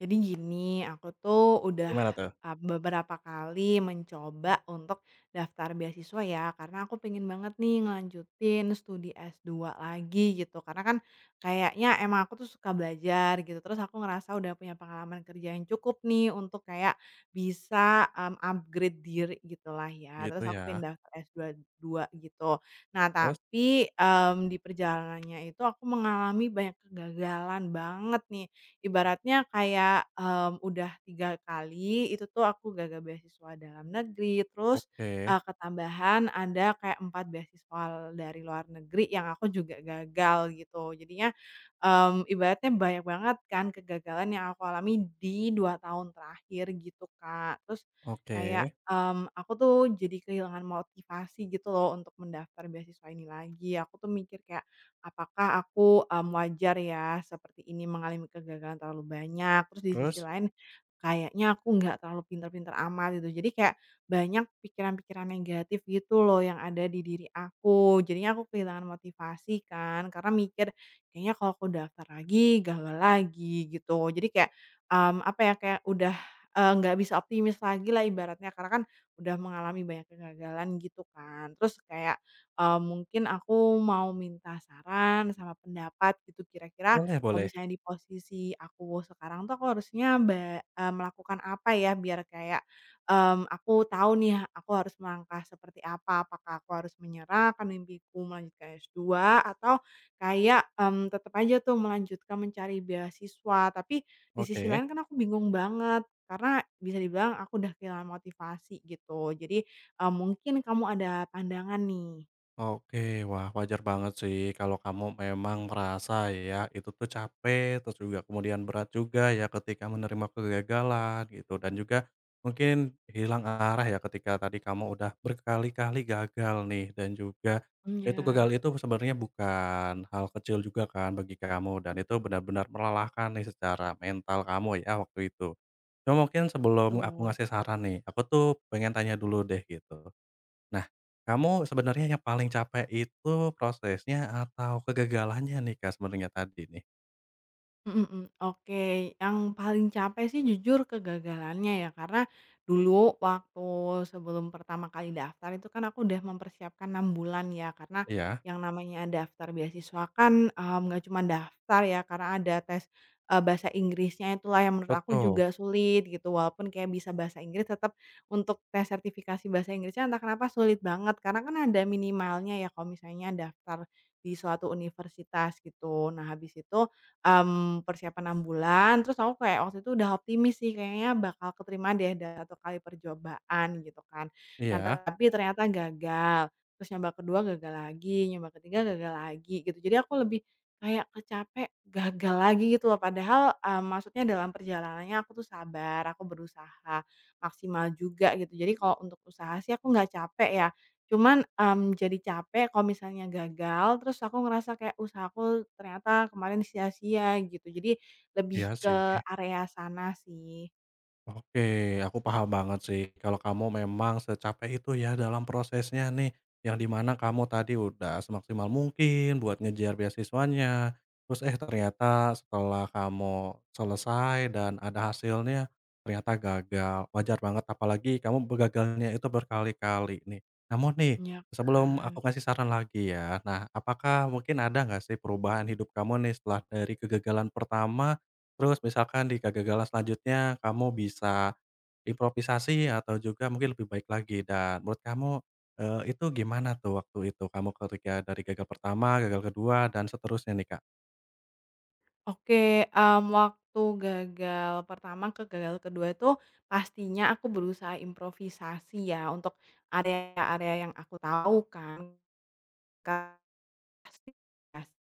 Jadi gini, aku tuh udah, Gimana tuh? Beberapa kali mencoba untuk daftar beasiswa ya, karena aku pengen banget nih ngelanjutin studi S2 lagi gitu. Karena kan kayaknya emang aku tuh suka belajar gitu, terus aku ngerasa udah punya pengalaman kerja yang cukup nih untuk kayak bisa, upgrade diri gitulah ya. Gitu Terus aku ya. pengen daftar S2 dua dua gitu. Nah Terus? tapi, di perjalanannya itu aku mengalami banyak kegagalan banget nih. Ibaratnya kayak, udah 3 kali itu tuh aku gagal beasiswa dalam negeri, terus, Oke ketambahan ada kayak 4 beasiswa dari luar negeri yang aku juga gagal gitu. Jadinya, ibaratnya banyak banget kan kegagalan yang aku alami di 2 tahun terakhir gitu, Kak. Terus kayak, oke. Aku tuh jadi kehilangan motivasi gitu loh untuk mendaftar beasiswa ini lagi. Aku tuh mikir kayak apakah aku, wajar ya seperti ini mengalami kegagalan terlalu banyak, terus di sisi Terus? lain kayaknya aku nggak terlalu pinter-pinter amat gitu. Jadi kayak banyak pikiran-pikiran negatif gitu loh yang ada di diri aku. Jadinya aku kehilangan motivasi kan karena mikir, "Kayaknya kalau aku daftar lagi gagal lagi," gitu. Jadi kayak, apa ya, kayak udah, nggak bisa optimis lagi lah ibaratnya karena kan udah mengalami banyak kegagalan gitu kan. Terus kayak mungkin aku mau minta saran sama pendapat gitu kira-kira Boleh kalau boleh. misalnya di posisi aku sekarang tuh aku harusnya melakukan apa ya biar kayak, aku tahu nih aku harus melangkah seperti apa, apakah aku harus menyerah ke mimpiku melanjutkan s dua atau kayak, tetap aja tuh melanjutkan mencari beasiswa. Tapi di sisi Oke. lain kan aku bingung banget karena bisa dibilang aku udah kehilangan motivasi gitu. Jadi, mungkin kamu ada pandangan nih? Oke, wah wajar banget sih kalau kamu memang merasa ya itu tuh capek, terus juga kemudian berat juga ya ketika menerima kegagalan gitu dan juga mungkin hilang arah ya ketika tadi kamu udah berkali-kali gagal nih dan juga itu gagal Ya, itu sebenarnya bukan hal kecil juga kan bagi kamu dan itu benar-benar melelahkan nih secara mental kamu ya waktu itu. Cuma mungkin sebelum aku betul. ngasih saran nih, aku tuh pengen tanya dulu deh gitu. Nah, kamu sebenarnya yang paling capek itu prosesnya atau kegagalannya nih, Kak, sebenarnya tadi nih? Mhm mhm, oke. Yang paling capek sih jujur kegagalannya ya, karena dulu waktu sebelum pertama kali daftar itu kan aku udah mempersiapkan 6 bulan ya, karena Iya, yang namanya daftar beasiswa kan, nggak cuma daftar ya, karena ada tes, bahasa Inggrisnya itulah yang menurut aku betul. juga sulit gitu, walaupun kayak bisa bahasa Inggris tetap untuk tes sertifikasi bahasa Inggrisnya entah kenapa sulit banget, karena kan ada minimalnya ya kalau misalnya daftar di suatu universitas gitu. Nah habis itu persiapan 6 bulan, terus aku kayak waktu itu udah optimis sih, kayaknya bakal keterima deh dari satu kali percobaan gitu kan. Nah, Iya, tapi ternyata gagal, terus nyoba kedua gagal lagi, nyoba ketiga gagal lagi gitu. Jadi aku lebih kayak kecapek, gagal lagi gitu loh, padahal, maksudnya dalam perjalanannya aku tuh sabar, aku berusaha maksimal juga gitu. Jadi kalau untuk usaha sih aku nggak capek ya, Cuman, jadi capek kalau misalnya gagal, terus aku ngerasa kayak usahaku ternyata kemarin sia-sia gitu. Jadi lebih iya sih. ke area sana sih. Oke, aku paham banget sih kalau kamu memang secapek itu ya dalam prosesnya nih, yang dimana kamu tadi udah semaksimal mungkin buat ngejar beasiswanya, terus eh ternyata setelah kamu selesai dan ada hasilnya, ternyata gagal. Wajar banget apalagi kamu gagalnya itu berkali-kali nih. Namun nih, Iya sebelum kan. aku ngasih saran lagi ya, nah apakah mungkin ada nggak sih perubahan hidup kamu nih setelah dari kegagalan pertama. Terus misalkan di kegagalan selanjutnya kamu bisa improvisasi atau juga mungkin lebih baik lagi dan menurut kamu, itu gimana tuh waktu itu kamu ketika dari gagal pertama, gagal kedua dan seterusnya nih, Kak? Oke, waktu gagal pertama ke gagal kedua itu pastinya aku berusaha improvisasi ya untuk area-area yang aku tahu kan. Ka- Pasti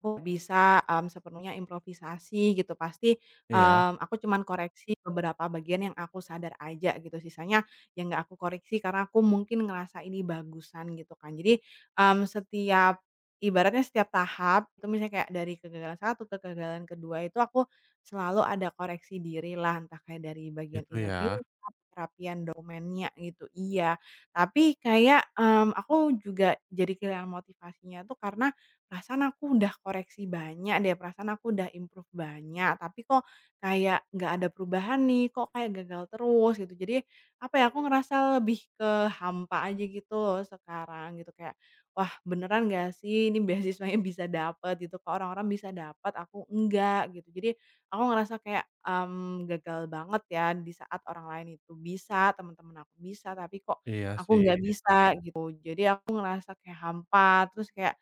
aku nggak bisa, sepenuhnya improvisasi gitu pasti, Iya, aku cuman koreksi beberapa bagian yang aku sadar aja gitu sisanya yang nggak aku koreksi karena aku mungkin ngerasa ini bagusan gitu kan. Jadi, setiap ibaratnya setiap tahap itu misalnya kayak dari kegagalan satu ke kegagalan kedua itu aku selalu ada koreksi diri lah entah kayak dari bagian gitu interview ya. kah, perapian dokumennya gitu, iya. Tapi kayak, aku juga jadi kehilangan motivasinya tuh karena perasaan aku udah koreksi banyak deh, perasaan aku udah improve banyak, tapi kok kayak nggak ada perubahan nih, kok kayak gagal terus gitu. Jadi apa ya, aku ngerasa lebih ke hampa aja gitu loh sekarang gitu kayak, wah beneran nggak sih ini beasiswanya bisa dapat, gitu, kok orang-orang bisa dapat, aku enggak gitu. Jadi aku ngerasa kayak, gagal banget ya di saat orang lain itu bisa, teman-teman aku bisa, tapi kok Iya aku sih. nggak bisa gitu. Jadi aku ngerasa kayak hampa, terus kayak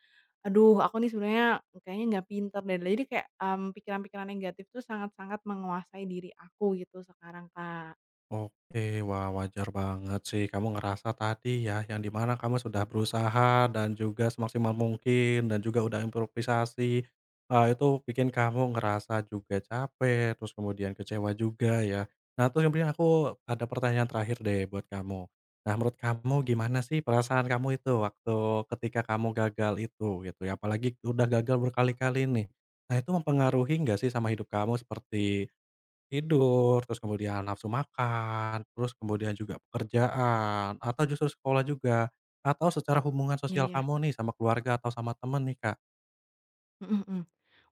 aduh aku nih sebenarnya kayaknya nggak pinter deh. Jadi kayak, pikiran-pikiran negatif tuh sangat-sangat menguasai diri aku gitu sekarang, Kak. Oke, wah wajar banget sih kamu ngerasa tadi ya, yang di mana kamu sudah berusaha dan juga semaksimal mungkin dan juga udah improvisasi, itu bikin kamu ngerasa juga capek, terus kemudian kecewa juga ya. Nah, terus kemudian aku ada pertanyaan terakhir deh buat kamu. Nah, menurut kamu gimana sih perasaan kamu itu waktu ketika kamu gagal itu gitu ya? Apalagi udah gagal berkali-kali nih. Nah, itu mempengaruhi nggak sih sama hidup kamu seperti tidur, terus kemudian nafsu makan, terus kemudian juga pekerjaan, atau justru sekolah juga, atau secara hubungan Iya sosial ya. kamu nih sama keluarga atau sama temen nih, Kak? Mhm mhm.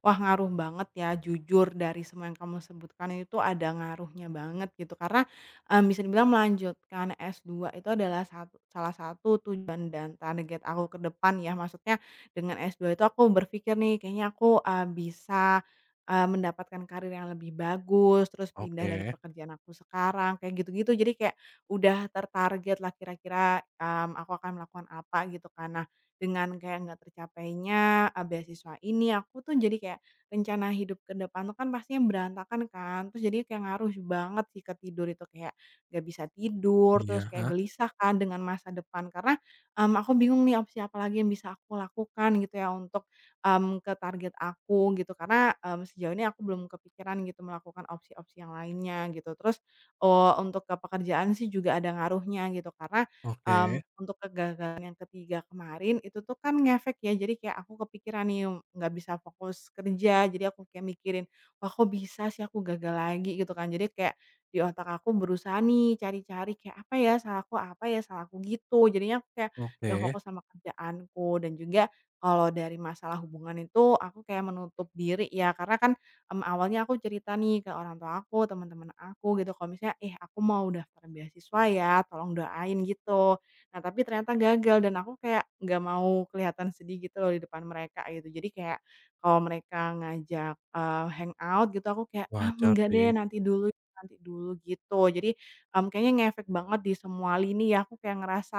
Wah ngaruh banget ya jujur dari semua yang kamu sebutkan itu ada ngaruhnya banget gitu karena, bisa dibilang melanjutkan s dua itu adalah satu salah satu tujuan dan target aku ke depan ya maksudnya dengan s dua itu aku berpikir nih kayaknya aku, bisa, mendapatkan karir yang lebih bagus terus pindah dari Oke. pekerjaan aku sekarang kayak gitu-gitu jadi kayak udah tertarget lah kira-kira, aku akan melakukan apa gitu kan. Nah dengan kayak nggak tercapainya, beasiswa ini, aku tuh jadi kayak rencana hidup ke depan tuh kan pastinya berantakan kan, terus jadi kayak ngaruh banget sih ke tidur itu, kayak nggak bisa tidur, Iya, terus heeh, kayak gelisah kan dengan masa depan karena, aku bingung nih opsi apa lagi yang bisa aku lakukan gitu ya untuk, ke target aku gitu karena, sejauh ini aku belum kepikiran gitu melakukan opsi-opsi yang lainnya gitu. Terus, untuk ke pekerjaan sih juga ada ngaruhnya gitu karena, oke untuk kegagalan yang ketiga kemarin itu tuh kan ngefek ya, jadi kayak aku kepikiran nih, nggak bisa fokus kerja, jadi aku kayak mikirin, "Wah kok bisa sih aku gagal lagi?" Gitu kan. Jadi kayak di otak aku berusaha nih cari-cari kayak, "Apa ya salahku apa ya salahku?" Gitu. Jadinya aku kayak nggak oke, fokus sama kerjaanku dan juga kalau dari masalah hubungan itu aku kayak menutup diri ya, karena kan, awalnya aku cerita nih ke orang tua aku, teman-teman aku gitu kalau misalnya, "Ih aku mau daftar beasiswa ya, tolong doain." Gitu. Nah, tapi ternyata gagal dan aku kayak nggak mau kelihatan sedih gitu loh di depan mereka gitu. Jadi kayak kalau mereka ngajak, hangout gitu aku kayak, "Ah, Wajar enggak deh sih. Nanti dulu," gitu. Jadi, kayaknya ngefek banget di semua lini ya, aku kayak ngerasa,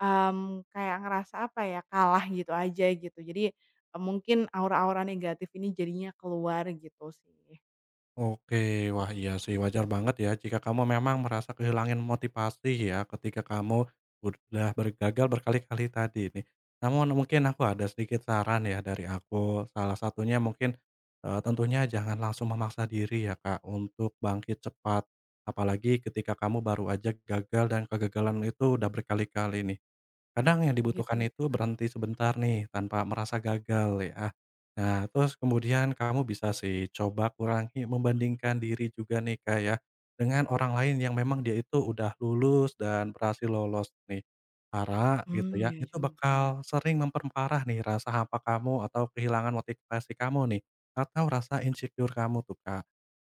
mmm, kayak ngerasa apa ya, kalah gitu aja gitu. Jadi, mungkin aura-aura negatif ini jadinya keluar gitu sih. Oke, wah iya sih wajar banget ya jika kamu memang merasa kehilangan motivasi ya ketika kamu udah bergagal berkali-kali tadi ini. Namun mungkin aku ada sedikit saran ya dari aku. Salah satunya mungkin eh, tentunya jangan langsung memaksa diri ya Kak untuk bangkit cepat. Apalagi ketika kamu baru aja gagal dan kegagalan itu udah berkali-kali nih. Kadang yang Gitu dibutuhkan ya? itu berhenti sebentar nih, tanpa merasa gagal ya. Nah, terus kemudian kamu bisa sih coba kurangi membandingkan diri juga nih Kak ya, dengan orang lain yang memang dia itu udah lulus dan berhasil lolos nih. Para gitu ya, Iya itu juga. bakal sering memperparah nih rasa hampa kamu atau kehilangan motivasi kamu nih, atau rasa insecure kamu tuh Kak.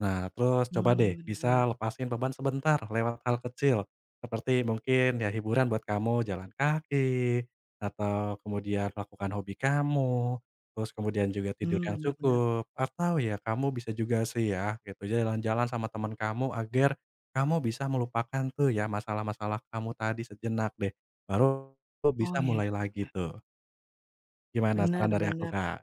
Nah, terus coba deh Hmm, bisa benar-benar. lepasin beban sebentar lewat hal kecil. Seperti mungkin ya hiburan buat kamu jalan kaki, atau kemudian lakukan hobi kamu, terus kemudian juga tidur Hmm, yang benar-benar. cukup, atau ya kamu bisa juga sih ya gitu jalan-jalan sama teman kamu agar kamu bisa melupakan tuh ya masalah-masalah kamu tadi sejenak deh, baru bisa Oh, ya mulai lagi juga. tuh. Gimana saran dari aku, Benar-benar Kak? sih.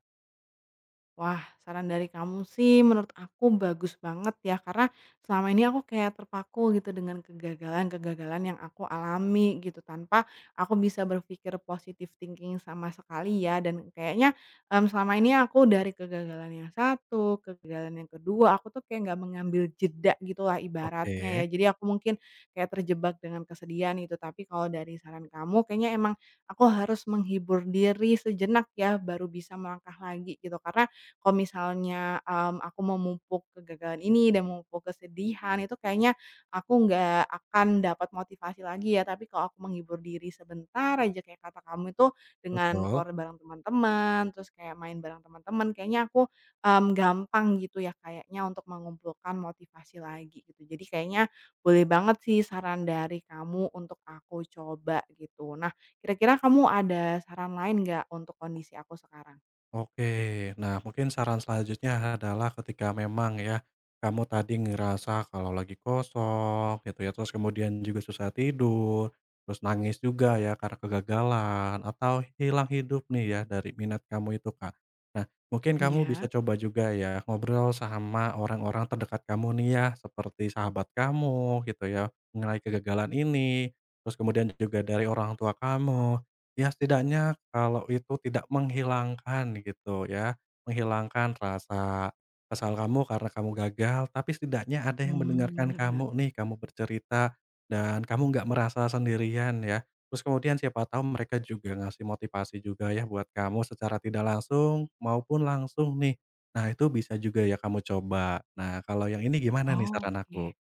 Wah, saran dari kamu sih menurut aku bagus banget ya, karena selama ini aku kayak terpaku gitu dengan kegagalan-kegagalan yang aku alami gitu, tanpa aku bisa berpikir positive thinking sama sekali ya, dan kayaknya, selama ini aku dari kegagalan yang satu, kegagalan yang kedua aku tuh kayak nggak mengambil jeda gitulah Oke, ibaratnya ya. Jadi aku mungkin kayak terjebak dengan kesedihan itu, tapi kalau dari saran kamu kayaknya emang aku harus menghibur diri sejenak ya, baru bisa melangkah lagi gitu, karena kalau misalnya, aku memupuk kegagalan ini dan memupuk kesedihan itu kayaknya aku nggak akan dapat motivasi lagi ya, tapi kalau aku menghibur diri sebentar aja kayak kata kamu itu dengan betul. keluar bareng teman-teman, terus kayak main bareng teman-teman, kayaknya aku, gampang gitu ya kayaknya untuk mengumpulkan motivasi lagi gitu. Jadi kayaknya boleh banget sih saran dari kamu untuk aku coba gitu. Nah, kira-kira kamu ada saran lain nggak untuk kondisi aku sekarang? Oke. Nah, mungkin saran selanjutnya adalah ketika memang ya, kamu tadi ngerasa kalau lagi kosong gitu ya, terus kemudian juga susah tidur, terus nangis juga ya karena kegagalan atau hilang hidup nih ya dari minat kamu itu, Kak. Nah, mungkin kamu bisa Ya. coba juga ya ngobrol sama orang-orang terdekat kamu nih ya, seperti sahabat kamu gitu ya, mengenai kegagalan ini, terus kemudian juga dari orang tua kamu. Ya setidaknya kalau itu tidak menghilangkan gitu ya, menghilangkan rasa kesal kamu karena kamu gagal, tapi setidaknya ada yang mendengarkan Bener bener. kamu nih, kamu bercerita dan kamu nggak merasa sendirian ya. Terus kemudian siapa tahu mereka juga ngasih motivasi juga ya buat kamu secara tidak langsung maupun langsung nih. Nah itu bisa juga ya kamu coba. Nah kalau yang ini gimana nih saran aku? Oke.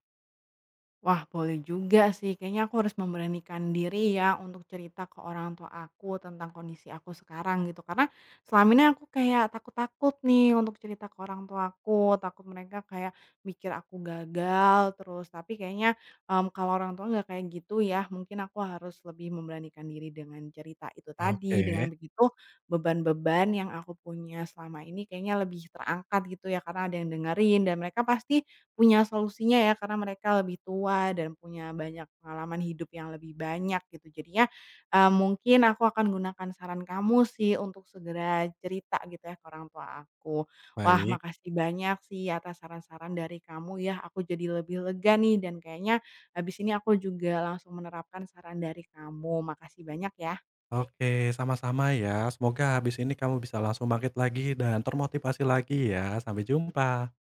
Wah, boleh juga sih. Kayaknya aku harus memberanikan diri ya untuk cerita ke orang tua aku tentang kondisi aku sekarang gitu. Karena selama ini aku kayak takut-takut nih untuk cerita ke orang tua aku, takut mereka kayak mikir aku gagal terus. Tapi kayaknya, kalau orang tua nggak kayak gitu ya, mungkin aku harus lebih memberanikan diri dengan cerita itu Oke, tadi. Dengan begitu beban-beban yang aku punya selama ini kayaknya lebih terangkat gitu ya, karena ada yang dengerin dan mereka pasti punya solusinya ya, karena mereka lebih tua dan punya banyak pengalaman hidup yang lebih banyak gitu. Jadinya, mungkin aku akan gunakan saran kamu sih untuk segera cerita gitu ya ke orang tua aku. Wah, baik. makasih banyak sih atas saran-saran dari kamu ya, aku jadi lebih lega nih dan kayaknya habis ini aku juga langsung menerapkan saran dari kamu. Makasih banyak ya. Oke, sama-sama ya. Semoga habis ini kamu bisa langsung bangkit lagi dan termotivasi lagi ya. Sampai jumpa.